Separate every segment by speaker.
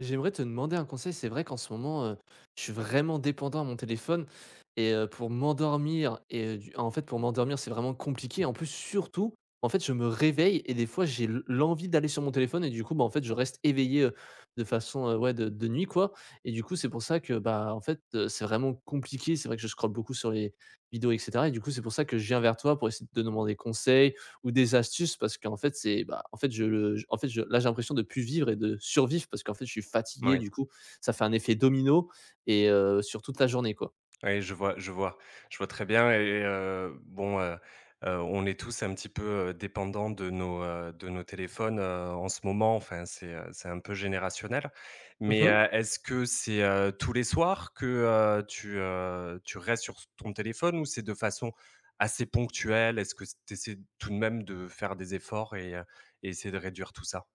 Speaker 1: J'aimerais te demander un conseil. C'est vrai qu'en ce moment, je suis vraiment dépendant à mon téléphone et pour m'endormir et du en fait, pour m'endormir, c'est vraiment compliqué. En plus, surtout, en fait, je me réveille et des fois, j'ai l l'envie d'aller sur mon téléphone et du coup, bah, en fait, je reste éveillé, de façon, ouais, de nuit, quoi. Et du coup, c'est pour ça que, bah, en fait, c'est vraiment compliqué. C'est vrai que je scrolle beaucoup sur les vidéos et cetera, et du coup, c'est pour ça que je viens vers toi pour essayer de te demander conseil, ou des astuces parce qu'en fait, en fait, en fait, je là, j'ai l'impression de plus vivre et de survivre parce qu'en fait, je suis fatigué.
Speaker 2: Oui,
Speaker 1: Du coup, ça fait un effet domino et sur toute la journée, quoi.
Speaker 2: Oui, je vois je vois. Je vois très bien, et bon, on est tous un petit peu, dépendants de nos téléphones, en ce moment. Enfin, c'est un peu générationnel. Mais,
Speaker 1: Mmh.
Speaker 2: est-ce que c'est tous les soirs que, tu restes sur ton téléphone, ou c'est de façon assez ponctuelle? Est-ce que tu essaies tout de même de faire des efforts et essayer de réduire tout ça?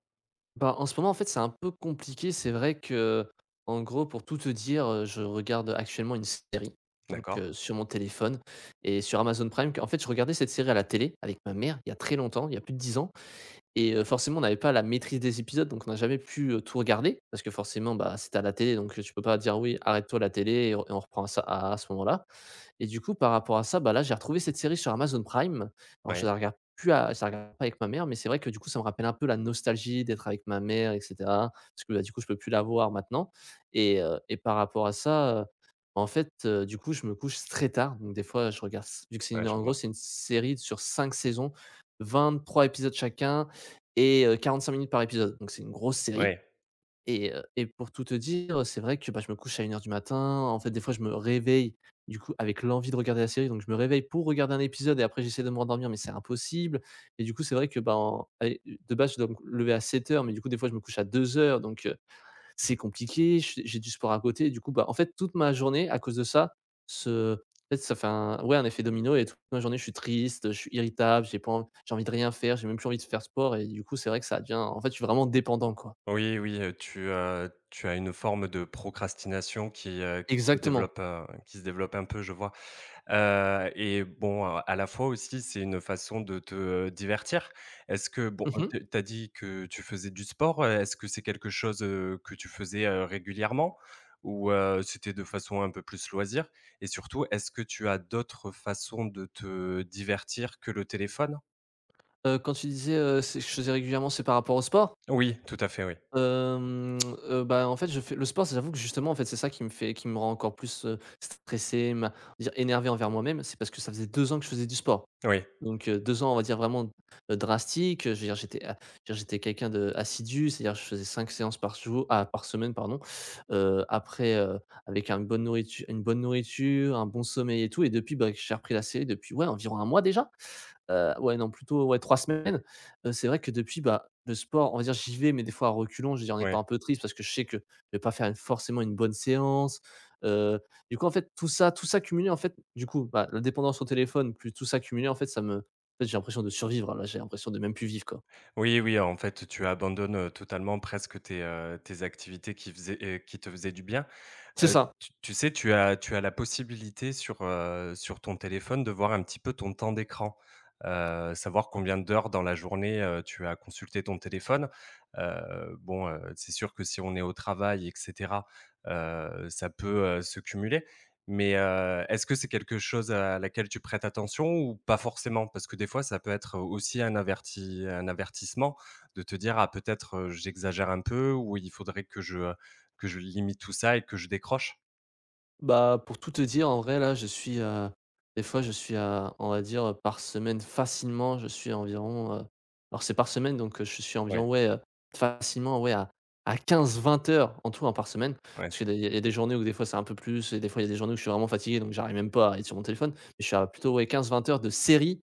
Speaker 1: Bah, en ce moment, en fait, c'est un peu compliqué. C'est vrai que en gros, pour tout te dire, je regarde actuellement une série, donc
Speaker 2: D'accord.
Speaker 1: sur mon téléphone et sur Amazon Prime. En fait, je regardais cette série à la télé avec ma mère il y a très longtemps, il y a plus de 10 ans. Et forcément, on n'avait pas la maîtrise des épisodes, donc on n'a jamais pu, tout regarder parce que forcément, bah, c'était à la télé, donc tu peux pas dire: «Oui, arrête-toi la télé et on reprend ça à ce moment-là». Et du coup, par rapport à ça, bah, là, j'ai retrouvé cette série sur Amazon Prime. Alors,
Speaker 2: Oui.
Speaker 1: je la regarde pas avec ma mère, mais c'est vrai que du coup, ça me rappelle un peu la nostalgie d'être avec ma mère, et cetera. Parce que, bah, du coup, je peux plus la voir maintenant. Et par rapport à ça, en fait, du coup, je me couche très tard. Donc des fois, je regarde vu que c'est
Speaker 2: Ouais,
Speaker 1: une
Speaker 2: je
Speaker 1: en gros,
Speaker 2: vois.
Speaker 1: c'est une série sur 5 saisons, 23 épisodes chacun et 45 minutes par épisode. Donc c'est une grosse série,
Speaker 2: Oui.
Speaker 1: et pour tout te dire, c'est vrai que, bah, je me couche à 1 heure du matin. En fait, des fois, je me réveille, du coup, avec l'envie de regarder la série, donc je me réveille pour regarder un épisode et après j'essaie de me rendormir, mais c'est impossible. Et du coup, c'est vrai que, bah, en allez, de base, je dois me lever à 7 heures, mais du coup, des fois, je me couche à 2 heures, donc c'est compliqué. Je J'ai du sport à côté, et du coup, bah, en fait, toute ma journée, à cause de ça, se en fait, ça fait un, effet domino, et toute ma journée, je suis triste, je suis irritable, j'ai envie de rien faire, j'ai même plus envie de faire sport et du coup, c'est vrai que ça devient en fait, je suis vraiment dépendant, quoi.
Speaker 2: Oui, oui, tu as une forme de procrastination
Speaker 1: Exactement.
Speaker 2: qui se développe un peu, je vois. Et bon, à la fois aussi, c'est une façon de te divertir. Est-ce que, bon,
Speaker 1: Mmh mh.
Speaker 2: tu as dit que tu faisais du sport? Est-ce que c'est quelque chose, que tu faisais, régulièrement? Ou, c'était de façon un peu plus loisir? Et surtout, est-ce que tu as d'autres façons de te divertir que le téléphone?
Speaker 1: Quand tu disais, c'est je faisais régulièrement, c'est par rapport au sport?
Speaker 2: Oui, tout à fait, oui.
Speaker 1: Hem, Bah, en fait, je fais le sport, j'avoue que justement, en fait, c'est ça qui me rend encore plus, stressé, ma dire énervé envers moi-même, c'est parce que ça faisait 2 ans que je faisais du sport.
Speaker 2: Oui,
Speaker 1: Donc, 2 ans, on va dire vraiment, drastiques, je veux dire j'étais quelqu'un d'assidu, c'est-à-dire je faisais 5 séances par jour, ah, par semaine, pardon. Après, avec un une bonne nourritu une bonne nourriture, un bon sommeil et tout, et depuis, bah, que j'ai repris la série depuis, ouais, environ un mois déjà. Ouais, non, plutôt, ouais, 3 semaines. C'est vrai que depuis, bah, le sport, on va dire, j'y vais, mais des fois à reculons, je veux dire en
Speaker 2: oui.
Speaker 1: étant un peu triste parce que je sais que je vais pas faire une forcément une bonne séance. Heu, du coup, en fait, tout ça cumulé, en fait, du coup, bah, la dépendance au téléphone plus tout ça cumulé, en fait, ça me en fait, j'ai l'impression de survivre, hein, là, j'ai l'impression de même plus vivre, quoi.
Speaker 2: Oui, oui, en fait, tu abandonnes, totalement presque tes, tes activités qui te faisaient du bien.
Speaker 1: C'est
Speaker 2: Heu,
Speaker 1: ça.
Speaker 2: tu tu sais, tu as la possibilité sur ton téléphone de voir un petit peu ton temps d'écran. Savoir combien d'heures dans la journée, tu as consulté ton téléphone. Bon, c'est sûr que si on est au travail et cetera, ça peut, se cumuler. Mais, est-ce que c'est quelque chose à laquelle tu prêtes attention, ou pas forcément? Parce que des fois, ça peut être aussi un avertissement de te dire: «Ah, peut-être, j'exagère un peu», ou «Il faudrait que je limite tout ça et que je décroche»?
Speaker 1: Bah, pour tout te dire, en vrai, là, je suis, des fois, je suis à on va dire, par semaine facilement, je suis environ, alors c'est par semaine, donc je suis
Speaker 2: Ouais,
Speaker 1: environ, ouais, facilement, ouais, à 15-20 heures en tout, hein, par semaine.
Speaker 2: ouais,
Speaker 1: Parce
Speaker 2: c
Speaker 1: qu'il y a des journées où des fois c'est un peu plus et des fois il y a des journées où je suis vraiment fatigué, donc j'arrive même pas à être sur mon téléphone. Mais je suis à plutôt, ouais, 15-20 heures de série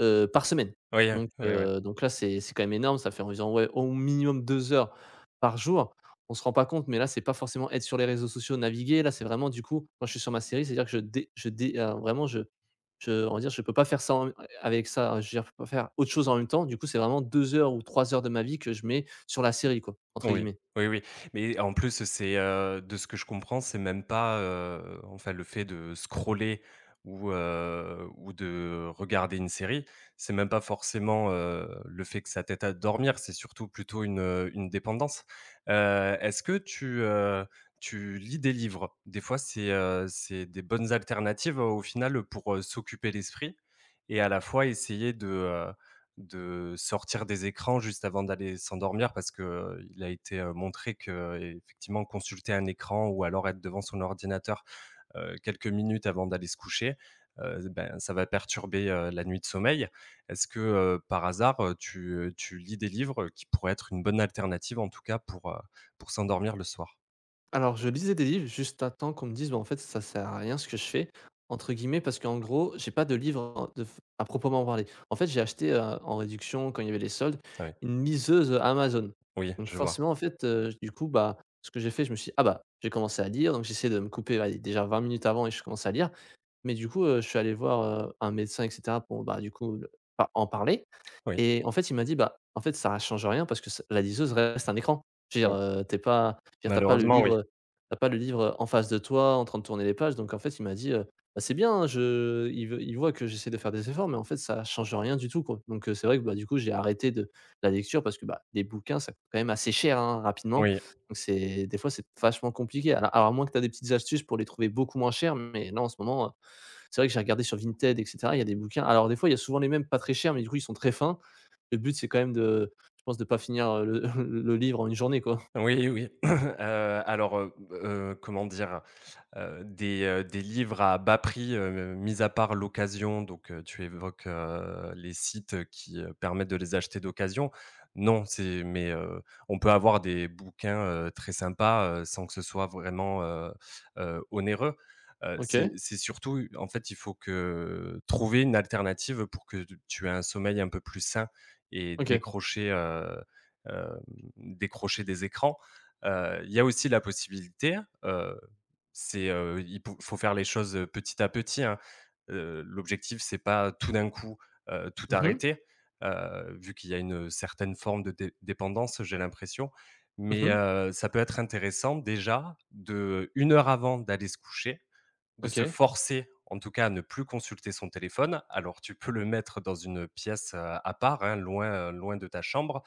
Speaker 1: par semaine.
Speaker 2: oui, oui, ouais,
Speaker 1: Donc là, c'est quand même énorme. Ça fait environ, ouais, au minimum 2 heures par jour. On se rend pas compte, mais là, c'est pas forcément être sur les réseaux sociaux, naviguer. Là, c'est vraiment, du coup, quand je suis sur ma série, c'est-à-dire que je dé vraiment, je on va dire, je peux pas faire ça en avec ça, je veux dire, je peux pas faire autre chose en même temps. Du coup, c'est vraiment 2 heures ou 3 heures de ma vie que je mets sur la série, quoi, entre
Speaker 2: oui,
Speaker 1: guillemets.
Speaker 2: oui, oui, mais en plus, c'est, de ce que je comprends, c'est même pas, enfin, le fait de scroller ou de regarder une série, c'est même pas forcément, le fait que ça t'aide à dormir, c'est surtout plutôt une dépendance. Est-ce que tu lis des livres? Des fois, c'est des bonnes alternatives, au final, pour, s'occuper l'esprit, et à la fois essayer de sortir des écrans juste avant d'aller s'endormir, parce que, il a été, montré que effectivement consulter un écran, ou alors être devant son ordinateur, quelques minutes avant d'aller se coucher, ben, ça va perturber, la nuit de sommeil. Est-ce que, par hasard, tu lis des livres qui pourraient être une bonne alternative, en tout cas, pour s'endormir le soir?
Speaker 1: Alors, je lisais des livres juste à temps qu'on me dise: «Bah, en fait, ça sert à rien ce que je fais», entre guillemets, parce qu'en gros, j'ai pas de livre de f à proprement parler. En fait, j'ai acheté, en réduction quand il y avait les soldes,
Speaker 2: Ah, oui,
Speaker 1: une liseuse, Amazon.
Speaker 2: oui,
Speaker 1: Donc
Speaker 2: je vois.
Speaker 1: forcément, en fait, du coup, bah, ce que j'ai fait, je me suis dit: «Ah bah, j'ai commencé à lire», donc j'essaie de me couper, allez, déjà 20 minutes avant, et je commence à lire. Mais du coup, je suis allé voir, un médecin et cetera pour, bah, du coup, le pa en parler,
Speaker 2: Oui,
Speaker 1: et en fait, il m'a dit: «Bah, en fait, ça change rien parce que c la liseuse reste un écran». Je veux dire,
Speaker 2: oui.
Speaker 1: tu pas le
Speaker 2: Malheureusement, oui,
Speaker 1: livre, t'as pas le livre en face de toi en train de tourner les pages. Donc en fait, il m'a dit, «Bah, c'est bien, hein, je» il voit que j'essaie de faire des efforts, mais en fait, ça change rien du tout, quoi. Donc c'est vrai que, bah, du coup, j'ai arrêté de la lecture parce que, bah, les bouquins, ça coûte quand même assez cher, hein, rapidement.
Speaker 2: oui.
Speaker 1: Donc c'est des fois, c'est vachement compliqué. Alors, à moins que tu as des petites astuces pour les trouver beaucoup moins chers, mais là, en ce moment, c'est vrai que j'ai regardé sur Vinted, etc. Il y a des bouquins. Alors, des fois, il y a souvent les mêmes, pas très chers, mais du coup, ils sont très fins. Le but, c'est quand même de, je pense, de pas finir le le livre en une journée, quoi.
Speaker 2: Oui, oui. Alors, comment dire? Des livres à bas prix, mis à part l'occasion, donc tu évoques, les sites qui, permettent de les acheter d'occasion. Non, c'est mais, on peut avoir des bouquins, très sympas, sans que ce soit vraiment, onéreux. Heu,
Speaker 1: OK,
Speaker 2: c'est c'est surtout, en fait, il faut que trouver une alternative pour que tu aies un sommeil un peu plus sain et
Speaker 1: OK.
Speaker 2: décrocher, décrocher des écrans. Il y a aussi la possibilité, heu, c'est, il pou faut faire les choses, petit à petit, hein. L'objectif, c'est pas tout d'un coup, tout
Speaker 1: Mmh mh.
Speaker 2: arrêter, vu qu'il y a une certaine forme de dé dépendance, j'ai l'impression. Mais,
Speaker 1: Mmh.
Speaker 2: ça peut être intéressant déjà, de 1 heure avant d'aller se coucher, de se
Speaker 1: OK.
Speaker 2: forcer, en tout cas, à ne plus consulter son téléphone. Alors, tu peux le mettre dans une pièce, à part, hein, loin de ta chambre,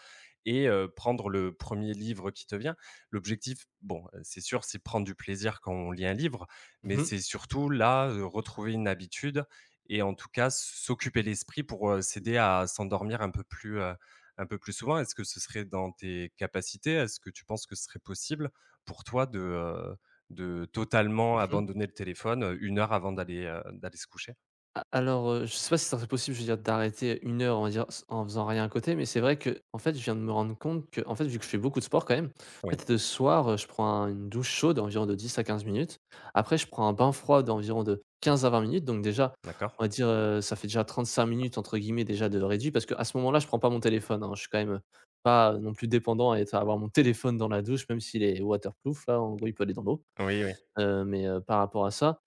Speaker 2: et prendre le premier livre qui te vient. L'objectif, bon, c'est sûr, c'est prendre du plaisir quand on lit un livre,
Speaker 1: Mmh
Speaker 2: mais
Speaker 1: mh.
Speaker 2: c'est surtout là, retrouver une habitude et, en tout cas, s'occuper l'esprit pour, s'aider à s'endormir un peu plus souvent. Est-ce que ce serait dans tes capacités? Est-ce que tu penses que ce serait possible pour toi de totalement abandonner le téléphone, 1 heure avant d'aller se coucher?
Speaker 1: A Alors, je sais pas si c'est possible, je veux dire, d'arrêter 1 heure, on va dire, s en faisant rien à côté, mais c'est vrai que en fait, je viens de me rendre compte que en fait, vu que je fais beaucoup de sport quand même, en
Speaker 2: Oui,
Speaker 1: fait, le soir, je prends un une douche chaude environ de 10 à 15 minutes. Après, je prends un bain froid d'environ de 15 à 20 minutes, donc déjà, on
Speaker 2: d'accord.
Speaker 1: va dire, ça fait déjà 35 minutes, entre guillemets, déjà de réduit, parce qu'à ce moment-là, je prends pas mon téléphone, hein. Je suis quand même pas non plus dépendant à être à avoir mon téléphone dans la douche, même s'il est waterproof. Là, en gros, il peut aller dans l'eau.
Speaker 2: Oui, oui,
Speaker 1: Mais par rapport à ça,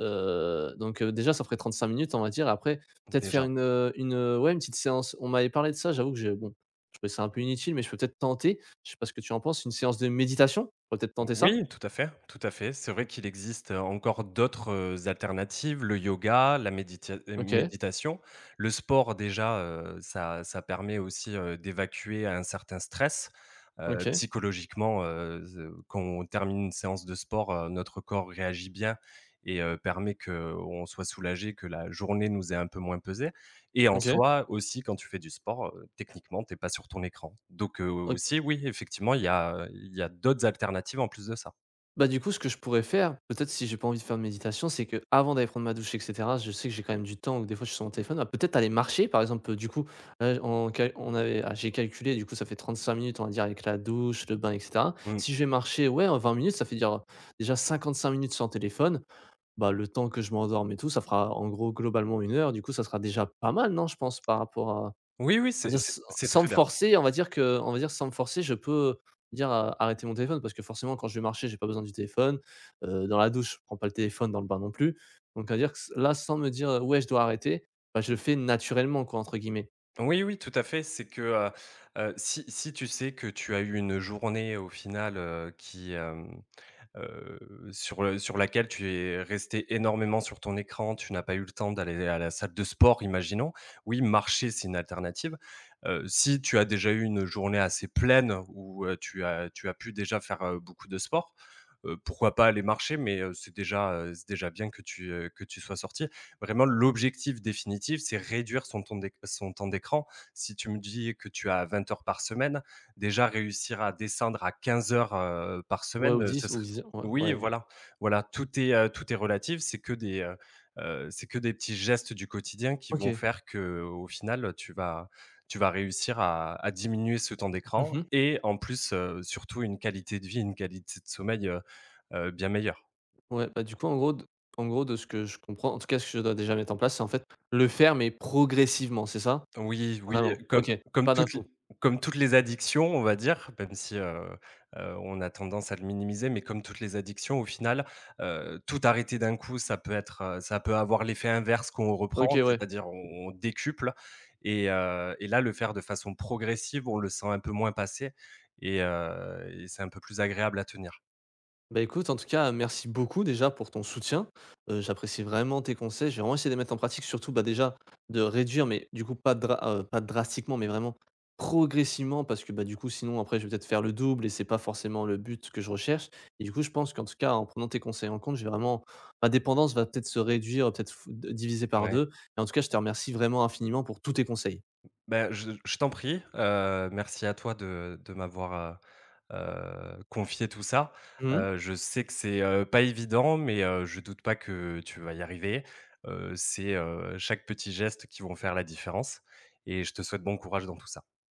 Speaker 1: déjà ça ferait 5 minutes, on va dire. Après, peut-être faire
Speaker 2: déjà.
Speaker 1: ouais, une petite séance, on m'avait parlé de ça, j'avoue que j'ai, bon, je trouvais ça un peu inutile, mais je peux peut-être tenter, je sais pas ce que tu en penses, une séance de méditation? On pourrait peut-être tenter ça?
Speaker 2: Oui, tout à fait, tout à fait. C'est vrai qu'il existe encore d'autres, alternatives, le yoga, la
Speaker 1: OK,
Speaker 2: méditation. Le sport déjà, ça permet aussi, d'évacuer un certain stress,
Speaker 1: OK,
Speaker 2: psychologiquement, ze quand on termine une séance de sport, notre corps réagit bien et permet qu'on soit soulagé, que la journée nous ait un peu moins pesé. Et en
Speaker 1: OK,
Speaker 2: soi, aussi, quand tu fais du sport, techniquement, tu pas sur ton écran. Donc,
Speaker 1: OK.
Speaker 2: aussi, oui, effectivement, il y a d'autres alternatives en plus de ça.
Speaker 1: Bah, du coup, ce que je pourrais faire, peut-être si j'ai pas envie de faire de méditation, c'est que avant d'aller prendre ma douche et cetera, je sais que j'ai quand même du temps ou des fois je suis sur mon téléphone, bah, peut-être aller marcher par exemple, du coup, là, on avait, ah, j'ai calculé, du coup, ça fait 35 minutes, on va dire, avec la douche, le bain et cetera.
Speaker 2: Mmh.
Speaker 1: Si je vais marcher, ouais, en 20 minutes, ça fait dire, déjà 5 minutes sans téléphone, bah, le temps que je m'endorme et tout, ça fera en gros globalement 1 heure, du coup ça sera déjà pas mal, non, je pense, par rapport à,
Speaker 2: Oui, oui,
Speaker 1: on
Speaker 2: c'est
Speaker 1: va dire,
Speaker 2: c'est
Speaker 1: s
Speaker 2: c'est
Speaker 1: sans me
Speaker 2: très bien.
Speaker 1: forcer, on va dire sans me forcer, je peux dire, «Arrêtez mon téléphone», parce que forcément quand je vais marcher, j'ai pas besoin du téléphone, dans la douche, je prends pas le téléphone, dans le bain non plus. Donc à dire que, s là, sans me dire, «Ouais, je dois arrêter», bah, je le fais «naturellement», quoi, entre guillemets.
Speaker 2: Oui, oui, tout à fait. C'est que, si tu sais que tu as eu une journée au final, heu, sur laquelle tu es resté énormément sur ton écran, tu n'as pas eu le temps d'aller à la salle de sport, imaginons. Oui, marcher, c'est une alternative. Si tu as déjà eu une journée assez pleine où, tu as pu déjà faire, beaucoup de sport, pourquoi pas aller marcher? Mais, c'est déjà bien que tu sois sorti. Vraiment, l'objectif définitif, c'est réduire son temps d'écran. Si tu me dis que tu as 20 heures par semaine, déjà réussir à descendre à 15 heures, par
Speaker 1: Ouais, ou
Speaker 2: semaine, ce
Speaker 1: 10, ou
Speaker 2: serait.
Speaker 1: 10, ouais,
Speaker 2: Oui,
Speaker 1: ouais, OK.
Speaker 2: voilà, voilà, tout est relatif. C'est que des petits gestes du quotidien qui vont
Speaker 1: OK.
Speaker 2: faire que, au final, tu vas réussir à diminuer ce temps d'écran,
Speaker 1: Mmh.
Speaker 2: et en plus, surtout une qualité de vie, une qualité de sommeil, bien meilleure.
Speaker 1: Ouais, bah, du coup, en gros, de ce que je comprends, en tout cas ce que je dois déjà mettre en place, c'est en fait le faire mais progressivement, c'est ça?
Speaker 2: Oui, oui,
Speaker 1: Vraiment?
Speaker 2: comme
Speaker 1: OK,
Speaker 2: comme
Speaker 1: pas d'un
Speaker 2: toutes les
Speaker 1: coup.
Speaker 2: comme toutes les addictions, on va dire, même si, on a tendance à le minimiser, mais comme toutes les addictions au final, tout arrêter d'un coup, ça peut être, ça peut avoir l'effet inverse qu'on reprend,
Speaker 1: OK, ouais.
Speaker 2: c'est-à-dire on décuple. Et là, le faire de façon progressive, on le sent un peu moins passer, et c'est un peu plus agréable à tenir.
Speaker 1: Bah, écoute, en tout cas, merci beaucoup déjà pour ton soutien. J'apprécie vraiment tes conseils. J'ai vraiment essayé de les mettre en pratique, surtout, bah, déjà, de réduire, mais du coup, pas drastiquement, mais vraiment progressivement, parce que, bah, du coup, sinon après, je vais peut-être faire le double et c'est pas forcément le but que je recherche. Et du coup, je pense qu'en tout cas, en prenant tes conseils en compte, j'ai vraiment, ma dépendance va peut-être se réduire, peut-être f diviser par
Speaker 2: Ouais.
Speaker 1: 2. Et en tout cas, je te remercie vraiment infiniment pour tous tes conseils.
Speaker 2: Ben, je t'en prie, merci à toi de m'avoir, confié tout ça.
Speaker 1: Mmh.
Speaker 2: Je sais que c'est, pas évident, mais je doute pas que tu vas y arriver. C'est, chaque petit geste qui vont faire la différence, et je te souhaite bon courage dans tout ça.